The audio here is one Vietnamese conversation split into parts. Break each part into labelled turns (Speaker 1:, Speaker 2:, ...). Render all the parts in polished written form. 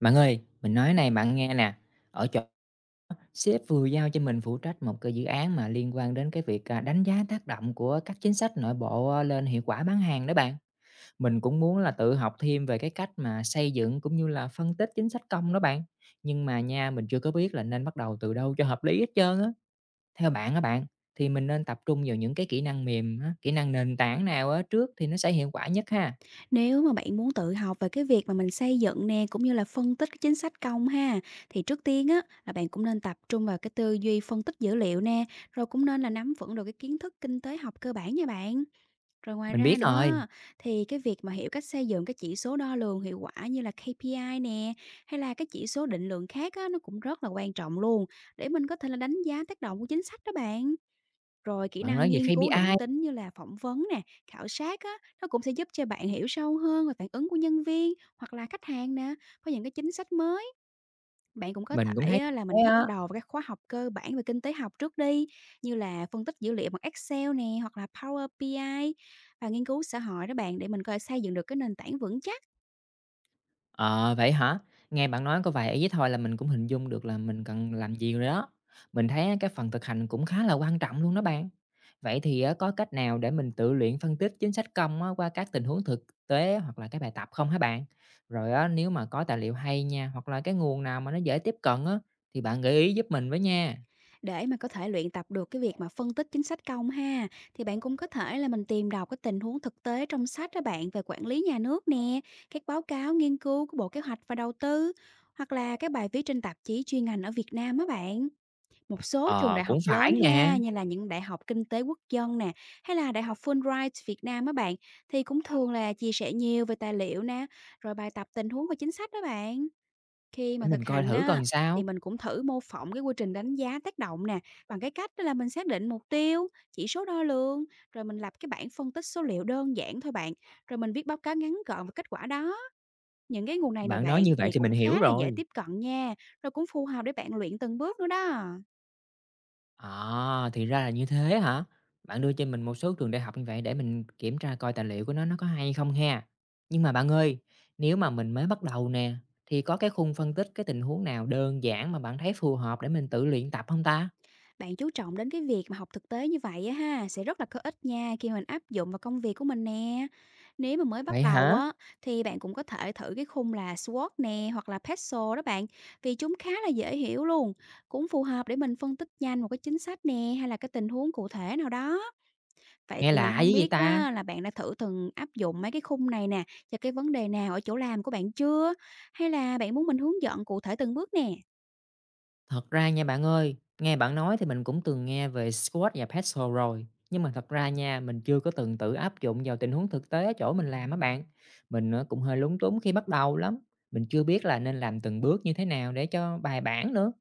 Speaker 1: Bạn ơi, mình nói này bạn nghe nè, ở chỗ sếp vừa giao cho mình phụ trách một cái dự án mà liên quan đến cái việc, đánh giá tác động của các chính sách nội bộ, lên hiệu quả bán hàng đó bạn. Mình cũng muốn là tự học thêm về cái cách mà xây dựng cũng như là phân tích chính sách công đó bạn, nhưng mà nha, mình chưa có biết là nên bắt đầu từ đâu cho hợp lý hết trơn á. Theo bạn á bạn, thì mình nên tập trung vào những cái kỹ năng mềm á, kỹ năng nền tảng nào á trước thì nó sẽ hiệu quả nhất ha?
Speaker 2: Nếu mà bạn muốn tự học về cái việc mà mình xây dựng nè cũng như là phân tích cái chính sách công ha, thì trước tiên á là bạn cũng nên tập trung vào cái tư duy phân tích dữ liệu nè, rồi cũng nên là nắm vững được cái kiến thức kinh tế học cơ bản nha bạn. Rồi ngoài
Speaker 1: Mình biết
Speaker 2: ra nữa
Speaker 1: rồi,
Speaker 2: á, thì cái việc mà hiểu cách xây dựng cái chỉ số đo lường hiệu quả như là KPI nè, hay là cái chỉ số định lượng khác á, nó cũng rất là quan trọng luôn, để mình có thể là đánh giá tác động của chính sách đó bạn. Rồi kỹ
Speaker 1: bạn
Speaker 2: năng
Speaker 1: nói về
Speaker 2: nghiên cứu
Speaker 1: KPI,
Speaker 2: định tính như là phỏng vấn nè, khảo sát á, nó cũng sẽ giúp cho bạn hiểu sâu hơn về phản ứng của nhân viên hoặc là khách hàng nè, có những cái chính sách mới. Bạn cũng có
Speaker 1: mình cũng
Speaker 2: thể
Speaker 1: thấy
Speaker 2: á, là
Speaker 1: thế
Speaker 2: mình bắt
Speaker 1: á.
Speaker 2: đầu với các khóa học cơ bản về kinh tế học trước đi, như là phân tích dữ liệu bằng Excel nè hoặc là Power BI ai, và nghiên cứu xã hội đó bạn, để mình coi xây dựng được cái nền tảng vững chắc.
Speaker 1: Ờ, vậy hả? Nghe bạn nói có vài ý thôi là mình cũng hình dung được là mình cần làm gì rồi đó. Mình thấy á, cái phần thực hành cũng khá là quan trọng luôn đó bạn. Vậy thì á, có cách nào để mình tự luyện phân tích chính sách công á, qua các tình huống thực tế hoặc là cái bài tập không hả bạn? Rồi á, nếu mà có tài liệu hay nha hoặc là cái nguồn nào mà nó dễ tiếp cận á, thì bạn gợi ý giúp mình với nha.
Speaker 2: Để mà có thể luyện tập được cái việc mà phân tích chính sách công ha, thì bạn cũng có thể là mình tìm đọc cái tình huống thực tế trong sách đó bạn, về quản lý nhà nước nè, các báo cáo nghiên cứu của Bộ Kế hoạch và Đầu tư, hoặc là các bài viết trên tạp chí chuyên ngành ở Việt Nam á bạn. Một số trường
Speaker 1: Ờ,
Speaker 2: đại
Speaker 1: cũng
Speaker 2: học
Speaker 1: phải
Speaker 2: lớn
Speaker 1: nè,
Speaker 2: ha, như là những đại học kinh tế quốc dân nè, hay là đại học Fulbright Việt Nam á bạn, thì cũng thường là chia sẻ nhiều về tài liệu nè, rồi bài tập tình huống và chính sách đó bạn. Khi mà
Speaker 1: để mình
Speaker 2: thực
Speaker 1: coi
Speaker 2: hành
Speaker 1: thử coi
Speaker 2: á,
Speaker 1: làm
Speaker 2: thì
Speaker 1: sao.
Speaker 2: mình cũng thử mô phỏng cái quy trình đánh giá tác động nè, bằng cái cách đó là mình xác định mục tiêu, chỉ số đo lường, rồi mình lập cái bảng phân tích số liệu đơn giản thôi bạn, rồi mình viết báo cáo ngắn gọn về kết quả đó. Những cái nguồn này nè
Speaker 1: Bạn nói
Speaker 2: bạn
Speaker 1: như vậy
Speaker 2: thì
Speaker 1: thì mình
Speaker 2: cũng khá
Speaker 1: hiểu
Speaker 2: là dễ
Speaker 1: rồi.
Speaker 2: tiếp cận nha, rồi cũng phù hợp để bạn luyện từng bước nữa đó.
Speaker 1: À, thì ra là như thế hả? Bạn đưa cho mình một số trường đại học như vậy để mình kiểm tra coi tài liệu của nó có hay không ha. Nhưng mà bạn ơi, nếu mà mình mới bắt đầu nè, thì có cái khung phân tích cái tình huống nào đơn giản mà bạn thấy phù hợp để mình tự luyện tập không ta?
Speaker 2: Bạn chú trọng đến cái việc mà học thực tế như vậy á ha, sẽ rất là có ích nha khi mình áp dụng vào công việc của mình nè. Nếu mà mới bắt
Speaker 1: Vậy
Speaker 2: đầu
Speaker 1: hả?
Speaker 2: á, thì bạn cũng có thể thử cái khung là SWOT nè, hoặc là Peso đó bạn, vì chúng khá là dễ hiểu luôn, cũng phù hợp để mình phân tích nhanh một cái chính sách nè, hay là cái tình huống cụ thể nào đó. Vậy
Speaker 1: Nghe
Speaker 2: thì mình
Speaker 1: lạ
Speaker 2: không
Speaker 1: với vậy
Speaker 2: biết
Speaker 1: ta?
Speaker 2: á, là bạn đã thử từng áp dụng mấy cái khung này nè cho cái vấn đề nào ở chỗ làm của bạn chưa? Hay là bạn muốn mình hướng dẫn cụ thể từng bước nè?
Speaker 1: Thật ra nha bạn ơi, nghe bạn nói thì mình cũng từng nghe về squat và pedal rồi, nhưng mà thật ra nha, mình chưa có từng tự áp dụng vào tình huống thực tế ở chỗ mình làm á bạn. Mình cũng hơi lúng túng khi bắt đầu lắm, mình chưa biết là nên làm từng bước như thế nào để cho bài bản nữa.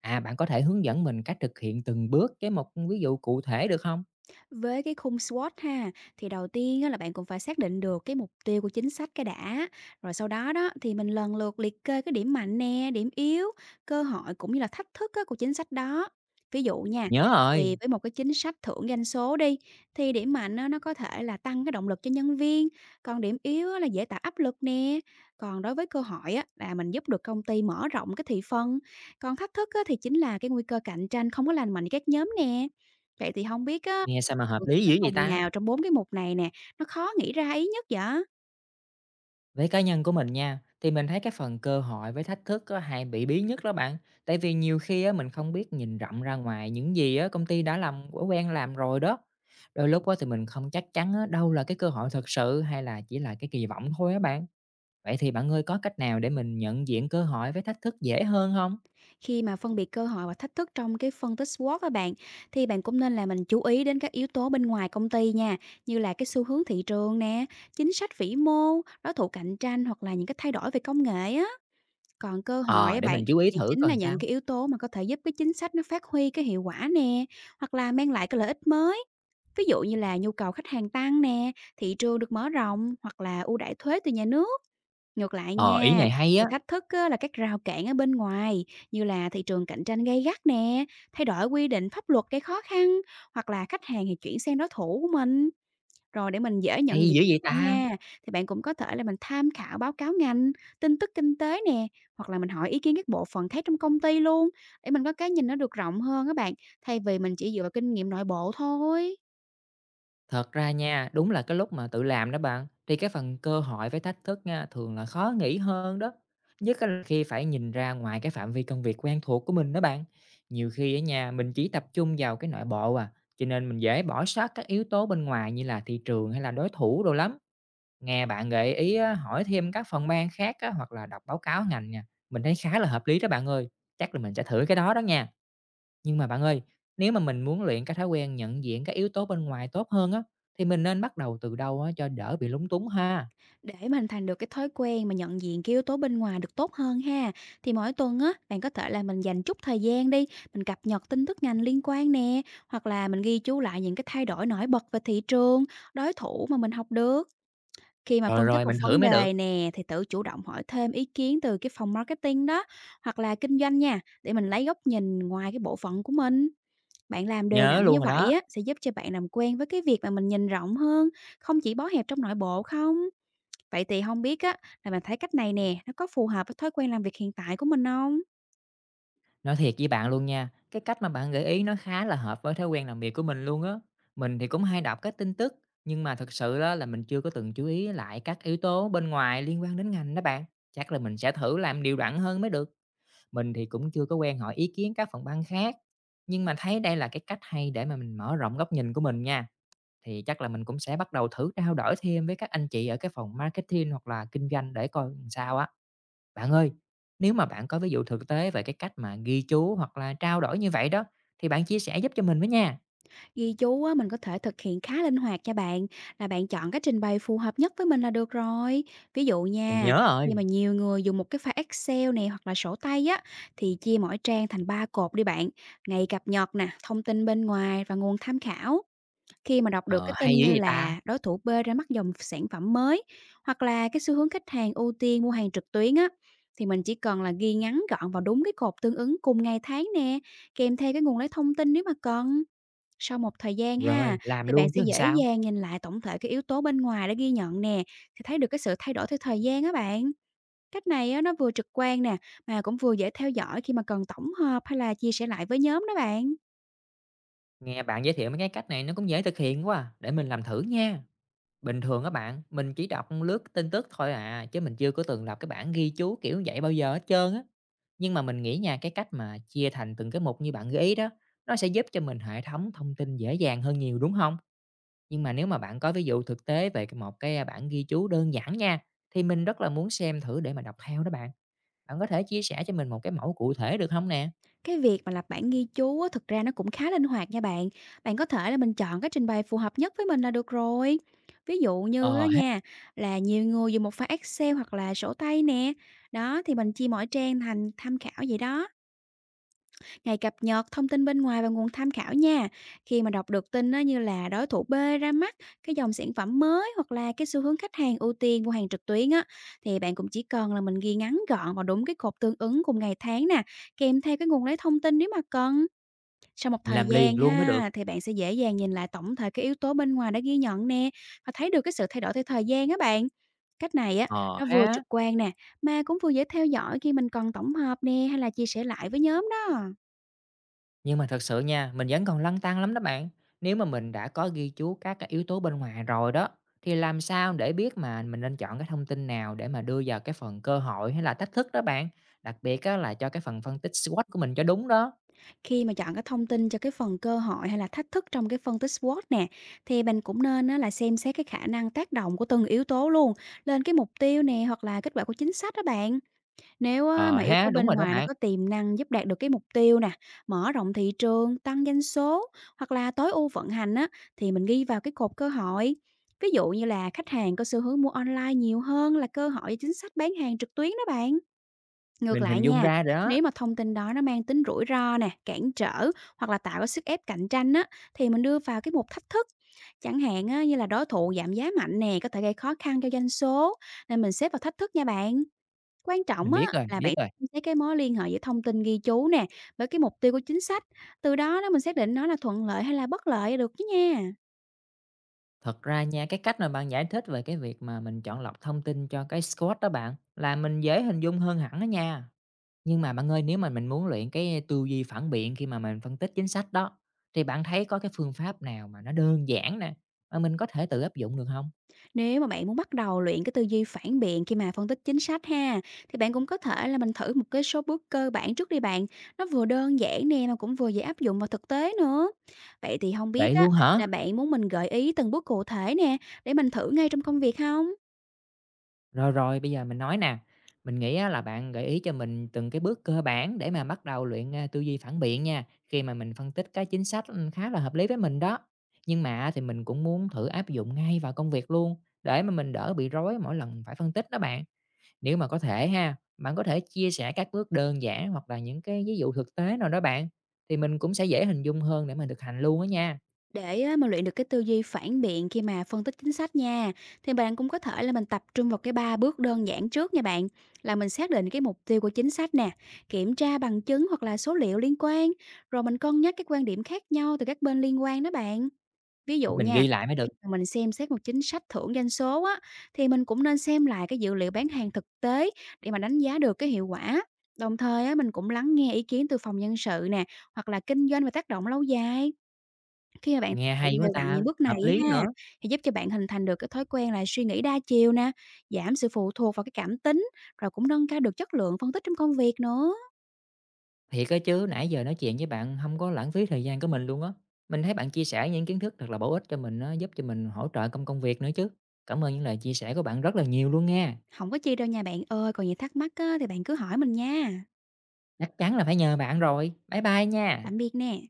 Speaker 1: À, bạn có thể hướng dẫn mình cách thực hiện từng bước cái một ví dụ cụ thể được không?
Speaker 2: Với cái khung SWOT ha, thì đầu tiên á là bạn cũng phải xác định được cái mục tiêu của chính sách cái đã, rồi sau đó đó thì mình lần lượt liệt kê cái điểm mạnh nè, điểm yếu, cơ hội, cũng như là thách thức á của chính sách đó. Ví dụ nha,
Speaker 1: Nhớ
Speaker 2: thì
Speaker 1: rồi,
Speaker 2: với một cái chính sách thưởng doanh số đi, thì điểm mạnh á, nó có thể là tăng cái động lực cho nhân viên, còn điểm yếu á là dễ tạo áp lực nè. Còn đối với cơ hội á, là mình giúp được công ty mở rộng cái thị phần, còn thách thức á, thì chính là cái nguy cơ cạnh tranh không có lành mạnh với các nhóm nè. Vậy thì không biết á,
Speaker 1: nghe sao mà hợp
Speaker 2: thường thấy
Speaker 1: lý
Speaker 2: cái
Speaker 1: dữ vậy
Speaker 2: phần
Speaker 1: ta?
Speaker 2: nào trong 4 cái mục này nè, nó khó nghĩ ra ý nhất vậy?
Speaker 1: Với cá nhân của mình nha, thì mình thấy cái phần cơ hội với thách thức á, hay bị bí nhất đó bạn. Tại vì nhiều khi á, mình không biết nhìn rộng ra ngoài những gì á, công ty đã làm đã quen làm rồi đó. Đôi lúc á, thì mình không chắc chắn á, đâu là cái cơ hội thật sự hay là chỉ là cái kỳ vọng thôi á bạn. Vậy thì bạn ơi có cách nào để mình nhận diện cơ hội với thách thức dễ hơn không?
Speaker 2: Khi mà phân biệt cơ hội và thách thức trong cái phân tích SWOT á bạn, thì bạn cũng nên là mình chú ý đến các yếu tố bên ngoài công ty nha, như là cái xu hướng thị trường nè, chính sách vĩ mô, đối thủ cạnh tranh, hoặc là những cái thay đổi về công nghệ á. Còn cơ hội
Speaker 1: Ờ,
Speaker 2: á
Speaker 1: để mình
Speaker 2: bạn,
Speaker 1: chú ý
Speaker 2: thì
Speaker 1: thử
Speaker 2: chính là
Speaker 1: còn
Speaker 2: những
Speaker 1: sao.
Speaker 2: cái yếu tố mà có thể giúp cái chính sách nó phát huy cái hiệu quả nè, hoặc là mang lại cái lợi ích mới. Ví dụ như là nhu cầu khách hàng tăng nè, thị trường được mở rộng, hoặc là ưu đãi thuế từ nhà nước. Ngược lại
Speaker 1: Ờ, ý
Speaker 2: nha,
Speaker 1: này hay á,
Speaker 2: thì thách thức á, là các rào cản ở bên ngoài, như là thị trường cạnh tranh gay gắt nè, thay đổi quy định pháp luật gây khó khăn, hoặc là khách hàng thì chuyển sang đối thủ của mình. Rồi để mình dễ nhận
Speaker 1: hay
Speaker 2: diện
Speaker 1: dữ vậy
Speaker 2: hơn
Speaker 1: ta.
Speaker 2: nha, thì bạn cũng có thể là mình tham khảo báo cáo ngành, tin tức kinh tế nè, hoặc là mình hỏi ý kiến các bộ phận khác trong công ty luôn, để mình có cái nhìn nó được rộng hơn các bạn, thay vì mình chỉ dựa vào kinh nghiệm nội bộ thôi.
Speaker 1: Thật ra nha, đúng là cái lúc mà tự làm đó bạn, thì cái phần cơ hội với thách thức nha, thường là khó nghĩ hơn đó. Nhất là khi phải nhìn ra ngoài cái phạm vi công việc quen thuộc của mình đó bạn. Nhiều khi ở nhà mình chỉ tập trung vào cái nội bộ à, cho nên mình dễ bỏ sót các yếu tố bên ngoài như là thị trường hay là đối thủ đồ lắm. Nghe bạn gợi ý á, hỏi thêm các phòng ban khác á, hoặc là đọc báo cáo ngành nha, mình thấy khá là hợp lý đó bạn ơi. Chắc là mình sẽ thử cái đó đó nha. Nhưng mà bạn ơi, nếu mà mình muốn luyện cái thói quen nhận diện các yếu tố bên ngoài tốt hơn á, thì mình nên bắt đầu từ đâu á cho đỡ bị lúng túng ha?
Speaker 2: Để mà hình thành được cái thói quen mà nhận diện cái yếu tố bên ngoài được tốt hơn ha, thì mỗi tuần á, bạn có thể là mình dành chút thời gian đi, mình cập nhật tin tức ngành liên quan nè, hoặc là mình ghi chú lại những cái thay đổi nổi bật về thị trường, đối thủ mà mình học được. Khi mà
Speaker 1: Rồi
Speaker 2: phân tích
Speaker 1: rồi,
Speaker 2: một
Speaker 1: mình thử
Speaker 2: vấn
Speaker 1: mới được.
Speaker 2: đề nè, thì tự chủ động hỏi thêm ý kiến từ cái phòng marketing đó, hoặc là kinh doanh nha, để mình lấy góc nhìn ngoài cái bộ phận của mình. Bạn làm đều
Speaker 1: Nhớ
Speaker 2: đặn
Speaker 1: luôn
Speaker 2: như
Speaker 1: rồi
Speaker 2: vậy
Speaker 1: đó.
Speaker 2: á, sẽ giúp cho bạn làm quen với cái việc mà mình nhìn rộng hơn, không chỉ bó hẹp trong nội bộ không? Vậy thì không biết á, là bạn thấy cách này nè, nó có phù hợp với thói quen làm việc hiện tại của mình không?
Speaker 1: Nói thiệt với bạn luôn nha, cái cách mà bạn gợi ý nó khá là hợp với thói quen làm việc của mình luôn á. Mình thì cũng hay đọc các tin tức, nhưng mà thực sự đó là mình chưa có từng chú ý lại các yếu tố bên ngoài liên quan đến ngành đó bạn. Chắc là mình sẽ thử làm điều đặn hơn mới được. Mình thì cũng chưa có quen hỏi ý kiến các phòng ban khác. Nhưng mà thấy đây là cái cách hay để mà mình mở rộng góc nhìn của mình nha. Thì chắc là mình cũng sẽ bắt đầu thử trao đổi thêm với các anh chị ở cái phòng marketing hoặc là kinh doanh để coi làm sao á. Bạn ơi, nếu mà bạn có ví dụ thực tế về cái cách mà ghi chú hoặc là trao đổi như vậy đó, thì bạn chia sẻ giúp cho mình với nha.
Speaker 2: Ghi chú á, mình có thể thực hiện khá linh hoạt cho bạn, là bạn chọn cái trình bày phù hợp nhất với mình là được rồi. Ví dụ
Speaker 1: Mình
Speaker 2: nha,
Speaker 1: nhớ
Speaker 2: khi
Speaker 1: rồi,
Speaker 2: mà nhiều người dùng một cái file Excel này, hoặc là sổ tay á, thì chia mỗi trang thành 3 cột đi bạn: ngày cập nhật nè, thông tin bên ngoài, và nguồn tham khảo. Khi mà đọc được
Speaker 1: ờ,
Speaker 2: cái
Speaker 1: hay
Speaker 2: tin
Speaker 1: dữ
Speaker 2: như
Speaker 1: vậy ta.
Speaker 2: là đối thủ B ra mắt dòng sản phẩm mới, hoặc là cái xu hướng khách hàng ưu tiên mua hàng trực tuyến á, thì mình chỉ cần là ghi ngắn gọn vào đúng cái cột tương ứng cùng ngày tháng nè, kèm theo cái nguồn lấy thông tin nếu mà cần. Sau một thời gian ha,
Speaker 1: Rồi, làm
Speaker 2: thì bạn
Speaker 1: luôn chứ
Speaker 2: sẽ
Speaker 1: làm
Speaker 2: dễ
Speaker 1: sao.
Speaker 2: dàng nhìn lại tổng thể cái yếu tố bên ngoài đã ghi nhận nè, thì thấy được cái sự thay đổi theo thời gian á bạn. Cách này á, nó vừa trực quan nè, mà cũng vừa dễ theo dõi khi mà cần tổng hợp, hay là chia sẻ lại với nhóm đó bạn.
Speaker 1: Nghe bạn giới thiệu mấy cái cách này nó cũng dễ thực hiện quá à, để mình làm thử nha. Bình thường các bạn, mình chỉ đọc lướt tin tức thôi à, chứ mình chưa có từng lập cái bảng ghi chú kiểu vậy bao giờ hết trơn á. Nhưng mà mình nghĩ nha, cái cách mà chia thành từng cái mục như bạn gợi ý đó, nó sẽ giúp cho mình hệ thống thông tin dễ dàng hơn nhiều, đúng không? Nhưng mà nếu mà bạn có ví dụ thực tế về c một cái, bảng ghi chú đơn giản nha, thì mình rất là muốn xem thử để mà đọc theo đó bạn. Bạn có thể chia sẻ cho mình một cái mẫu cụ thể được không nè?
Speaker 2: Cái việc mà lập bản ghi chú á, thực ra nó cũng khá linh hoạt nha bạn. Bạn có thể là mình chọn cái trình bày phù hợp nhất với mình là được rồi. Ví dụ như
Speaker 1: Ờ
Speaker 2: á
Speaker 1: ha,
Speaker 2: nha, là nhiều người dùng một file Excel hoặc là sổ tay nè. Đó thì mình chia mỗi trang thành tham khảo vậy đó: ngày cập nhật, thông tin bên ngoài, và nguồn tham khảo nha. Khi mà đọc được tin á, như là đối thủ B ra mắt cái dòng sản phẩm mới, hoặc là cái xu hướng khách hàng ưu tiên mua hàng trực tuyến á, thì bạn cũng chỉ cần là mình ghi ngắn gọn vào đúng cái cột tương ứng cùng ngày tháng nè, kèm theo cái nguồn lấy thông tin nếu mà cần. Sau một
Speaker 1: mình
Speaker 2: thời
Speaker 1: làm liền
Speaker 2: gian
Speaker 1: luôn mới được.
Speaker 2: ha, thì bạn sẽ dễ dàng nhìn lại tổng thể cái yếu tố bên ngoài đã ghi nhận nè, và thấy được cái sự thay đổi theo thời gian á bạn. Cách này á,
Speaker 1: Ờ
Speaker 2: nó vừa
Speaker 1: ha.
Speaker 2: trực quan nè, mà cũng vừa dễ theo dõi khi mình cần tổng hợp nè, hay là chia sẻ lại với nhóm đó.
Speaker 1: Nhưng mà thật sự nha, mình vẫn còn lăn tăn lắm đó bạn. Nếu mà mình đã có ghi chú các cái yếu tố bên ngoài rồi đó, thì làm sao để biết mà mình nên chọn cái thông tin nào để mà đưa vào cái phần cơ hội hay là thách thức đó bạn? Đặc biệt á, là cho cái phần phân tích SWOT của mình cho đúng đó.
Speaker 2: Khi mà chọn cái thông tin cho cái phần cơ hội hay là thách thức trong cái phân tích SWOT nè, thì mình cũng nên á, là xem xét cái khả năng tác động của từng yếu tố luôn lên cái mục tiêu nè, hoặc là kết quả của chính sách đó bạn. Nếu á
Speaker 1: Ờ
Speaker 2: mà yếu
Speaker 1: ha,
Speaker 2: tố
Speaker 1: đúng
Speaker 2: bên
Speaker 1: rồi đó
Speaker 2: ngoài nó
Speaker 1: bạn.
Speaker 2: có tiềm năng giúp đạt được cái mục tiêu nè, mở rộng thị trường, tăng doanh số, hoặc là tối ưu vận hành á, thì mình ghi vào cái cột cơ hội. Ví dụ như là khách hàng có xu hướng mua online nhiều hơn là cơ hội cho chính sách bán hàng trực tuyến đó bạn. Ngược
Speaker 1: Mình hình
Speaker 2: lại
Speaker 1: dung
Speaker 2: nha,
Speaker 1: ra rồi đó.
Speaker 2: nếu mà thông tin đó nó mang tính rủi ro nè, cản trở, hoặc là tạo cái sức ép cạnh tranh á, thì mình đưa vào cái mục thách thức. Chẳng hạn á, như là đối thủ giảm giá mạnh nè, có thể gây khó khăn cho doanh số, nên mình xếp vào thách thức nha bạn. Quan
Speaker 1: Mình
Speaker 2: trọng á
Speaker 1: biết rồi,
Speaker 2: là
Speaker 1: biết
Speaker 2: bạn
Speaker 1: rồi.
Speaker 2: thấy cái mối liên hệ giữa thông tin ghi chú nè, với cái mục tiêu của chính sách, từ đó đó mình xác định nó là thuận lợi hay là bất lợi được chứ nha.
Speaker 1: Thật ra nha, cái cách mà bạn giải thích về cái việc mà mình chọn lọc thông tin cho cái SWOT đó bạn, là mình dễ hình dung hơn hẳn đó nha. Nhưng mà bạn ơi, nếu mà mình muốn luyện cái tư duy phản biện khi mà mình phân tích chính sách đó, thì bạn thấy có cái phương pháp nào mà nó đơn giản nè, mà mình có thể tự áp dụng được không?
Speaker 2: Nếu mà bạn muốn bắt đầu luyện cái tư duy phản biện khi mà phân tích chính sách ha, thì bạn cũng có thể là mình thử một cái số bước cơ bản trước đi bạn. Nó vừa đơn giản nè, mà cũng vừa dễ áp dụng vào thực tế nữa. Vậy thì không biết
Speaker 1: Vậy
Speaker 2: á,
Speaker 1: luôn hả?
Speaker 2: là bạn muốn mình gợi ý từng bước cụ thể nè, để mình thử ngay trong công việc không?
Speaker 1: Rồi, rồi, bây giờ mình nói nè, mình nghĩ á là bạn gợi ý cho mình từng cái bước cơ bản để mà bắt đầu luyện, tư duy phản biện nha, khi mà mình phân tích cái chính sách, khá là hợp lý với mình đó. Nhưng mà thì mình cũng muốn thử áp dụng ngay vào công việc luôn, để mà mình đỡ bị rối mỗi lần phải phân tích đó bạn. Nếu mà có thể ha, bạn có thể chia sẻ các bước đơn giản hoặc là những cái ví dụ thực tế nào đó bạn, thì mình cũng sẽ dễ hình dung hơn để mình thực hành luôn á nha.
Speaker 2: Để á, mà luyện được cái tư duy phản biện khi mà phân tích chính sách nha, thì bạn cũng có thể là mình tập trung vào cái ba bước đơn giản trước nha bạn, là mình xác định cái mục tiêu của chính sách nè, kiểm tra bằng chứng hoặc là số liệu liên quan, rồi mình cân nhắc các quan điểm khác nhau từ các bên liên quan đó bạn. Ví
Speaker 1: Để
Speaker 2: dụ
Speaker 1: mình
Speaker 2: nha,
Speaker 1: ghi lại mới được,
Speaker 2: khi mà mình xem xét một chính sách thưởng doanh số á, thì mình cũng nên xem lại cái dữ liệu bán hàng thực tế để mà đánh giá được cái hiệu quả. Đồng thời á, mình cũng lắng nghe ý kiến từ phòng nhân sự nè, hoặc là kinh doanh và tác động lâu dài. Khi mà bạn
Speaker 1: nghe hay
Speaker 2: luyện
Speaker 1: quá
Speaker 2: đều đặn
Speaker 1: ta,
Speaker 2: những bước này
Speaker 1: hợp lý
Speaker 2: á ha,
Speaker 1: nữa.
Speaker 2: thì giúp cho bạn hình thành được cái thói quen là suy nghĩ đa chiều nè, giảm sự phụ thuộc vào cái cảm tính, rồi cũng nâng cao được chất lượng phân tích trong công việc nữa.
Speaker 1: Thiệt á chứ, nãy giờ nói chuyện với bạn không có lãng phí thời gian của mình luôn á. Mình thấy bạn chia sẻ những kiến thức thật là bổ ích cho mình nó giúp cho mình hỗ trợ công công việc nữa chứ. Cảm ơn những lời chia sẻ của bạn rất là nhiều luôn nghe.
Speaker 2: Không có chi đâu nha bạn ơi, còn gì thắc mắc á, thì bạn cứ hỏi mình nha.
Speaker 1: Chắc chắn là phải nhờ bạn rồi. Bye bye nha.
Speaker 2: Tạm biệt nè.